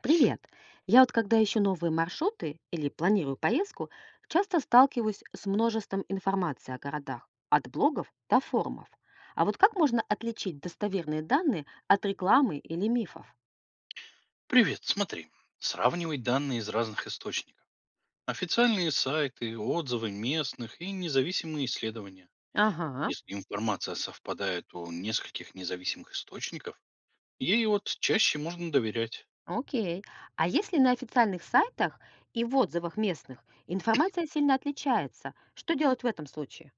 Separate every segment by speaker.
Speaker 1: Привет! Я вот когда ищу новые маршруты или планирую поездку, часто сталкиваюсь с множеством информации о городах, от блогов до форумов. А вот как можно отличить достоверные данные от рекламы или мифов?
Speaker 2: Привет, смотри. Сравнивай данные из разных источников. Официальные сайты, отзывы местных и независимые исследования.
Speaker 1: Ага,
Speaker 2: Если информация совпадает у нескольких независимых источников, ей вот чаще можно доверять.
Speaker 1: окей. А если на официальных сайтах и в отзывах местных информация сильно отличается, что делать в этом случае?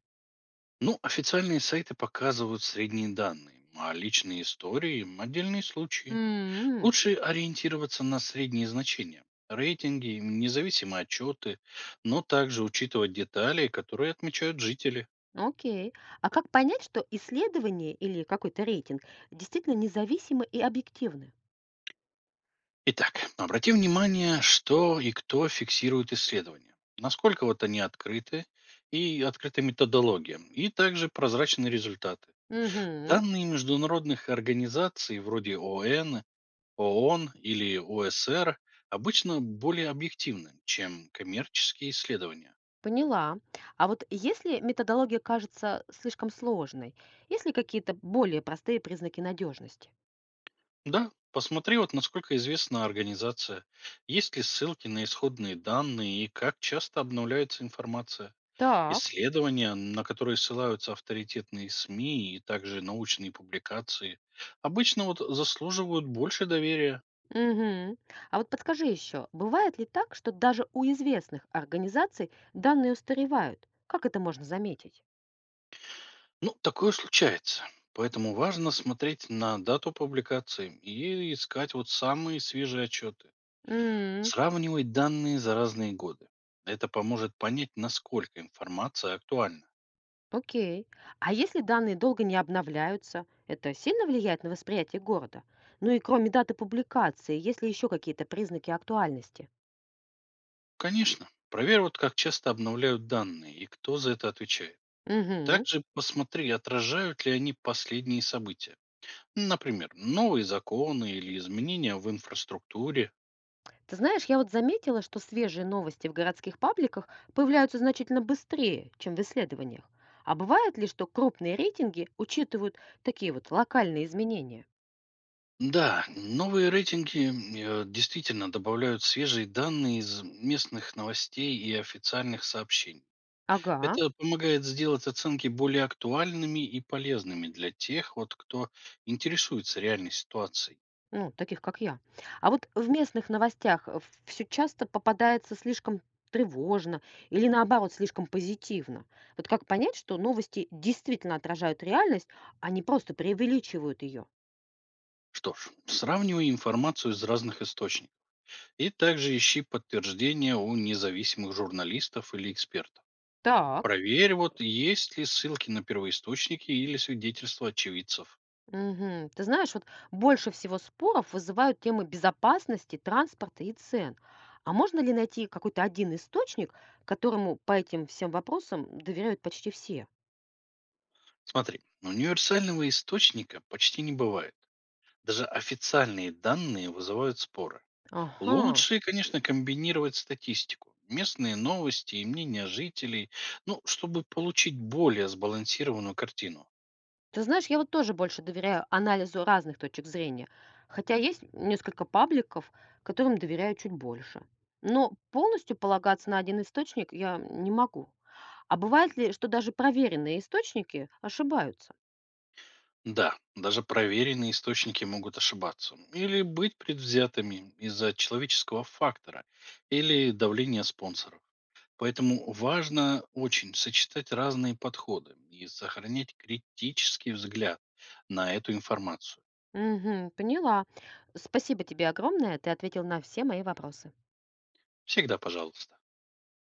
Speaker 2: Ну, официальные сайты показывают средние данные, а личные истории– отдельные случаи.
Speaker 1: М.
Speaker 2: Лучше ориентироваться на средние значения, рейтинги, независимые отчеты, но также учитывать детали, которые отмечают жители.
Speaker 1: Окей. А как понять, что исследование или какой-то рейтинг действительно независимы и объективны?
Speaker 2: Итак, обрати внимание, что и кто фиксирует исследования, насколько вот они открыты и открыта методология, и также прозрачные результаты.
Speaker 1: Мгм.
Speaker 2: Данные международных организаций вроде ОН, ООН или ОСР обычно более объективны, чем коммерческие исследования.
Speaker 1: Поняла. А вот если методология кажется слишком сложной, есть ли какие-то более простые признаки надежности?
Speaker 2: Да, посмотри вот насколько известна организация, есть ли ссылки на исходные данные и как часто обновляется информация.
Speaker 1: Так.
Speaker 2: Исследования, на которые ссылаются авторитетные СМИ и также научные публикации, обычно вот заслуживают больше доверия.
Speaker 1: Мгм. А вот подскажи еще, бывает ли так, что даже у известных организаций данные устаревают? Как это можно заметить?
Speaker 2: Ну, такое случается. Поэтому важно смотреть на дату публикации и искать вот самые свежие отчеты.
Speaker 1: М.
Speaker 2: Сравнивать данные за разные годы. Это поможет понять, насколько информация актуальна.
Speaker 1: Окей. А если данные долго не обновляются, это сильно влияет на восприятие города? Ну и кроме даты публикации, есть ли еще какие-то признаки актуальности?
Speaker 2: Конечно, проверь вот как часто обновляют данные и кто за это отвечает.
Speaker 1: Мгм.
Speaker 2: Также посмотри, отражают ли они последние события. Например, новые законы или изменения в инфраструктуре.
Speaker 1: Ты знаешь, я вот заметила, что свежие новости в городских пабликах появляются значительно быстрее, чем в исследованиях. А бывает ли, что крупные рейтинги учитывают такие вот локальные изменения?
Speaker 2: Да, новые рейтинги действительно добавляют свежие данные из местных новостей и официальных сообщений.
Speaker 1: Ага,
Speaker 2: Это помогает сделать оценки более актуальными и полезными для тех, вот, кто интересуется реальной ситуацией.
Speaker 1: ну, таких как я. А вот в местных новостях все часто попадается слишком тревожно или наоборот слишком позитивно. Вот как понять, что новости действительно отражают реальность, а не просто преувеличивают ее?
Speaker 2: Что ж, сравнивай информацию из разных источников и также ищи подтверждения у независимых журналистов или экспертов.
Speaker 1: Так.
Speaker 2: Проверь, вот есть ли ссылки на первоисточники или свидетельства очевидцев.
Speaker 1: Мгм. Ты знаешь, вот больше всего споров вызывают темы безопасности, транспорта и цен. А можно ли найти какой-то один источник, которому по этим всем вопросам доверяют почти все?
Speaker 2: Смотри, универсального источника почти не бывает. Даже официальные данные вызывают споры.
Speaker 1: Ага.
Speaker 2: Лучше, конечно, комбинировать статистику, местные новости и мнения жителей, ну, чтобы получить более сбалансированную картину.
Speaker 1: Ты знаешь, я вот тоже больше доверяю анализу разных точек зрения, хотя есть несколько пабликов, которым доверяю чуть больше. Но полностью полагаться на один источник я не могу. А бывает ли, что даже проверенные источники ошибаются?
Speaker 2: Да, даже проверенные источники могут ошибаться или быть предвзятыми из-за человеческого фактора или давления спонсоров. Поэтому важно очень сочетать разные подходы и сохранять критический взгляд на эту информацию.
Speaker 1: Мгм. Поняла. Спасибо тебе огромное. Ты ответил на все мои вопросы.
Speaker 2: Всегда пожалуйста.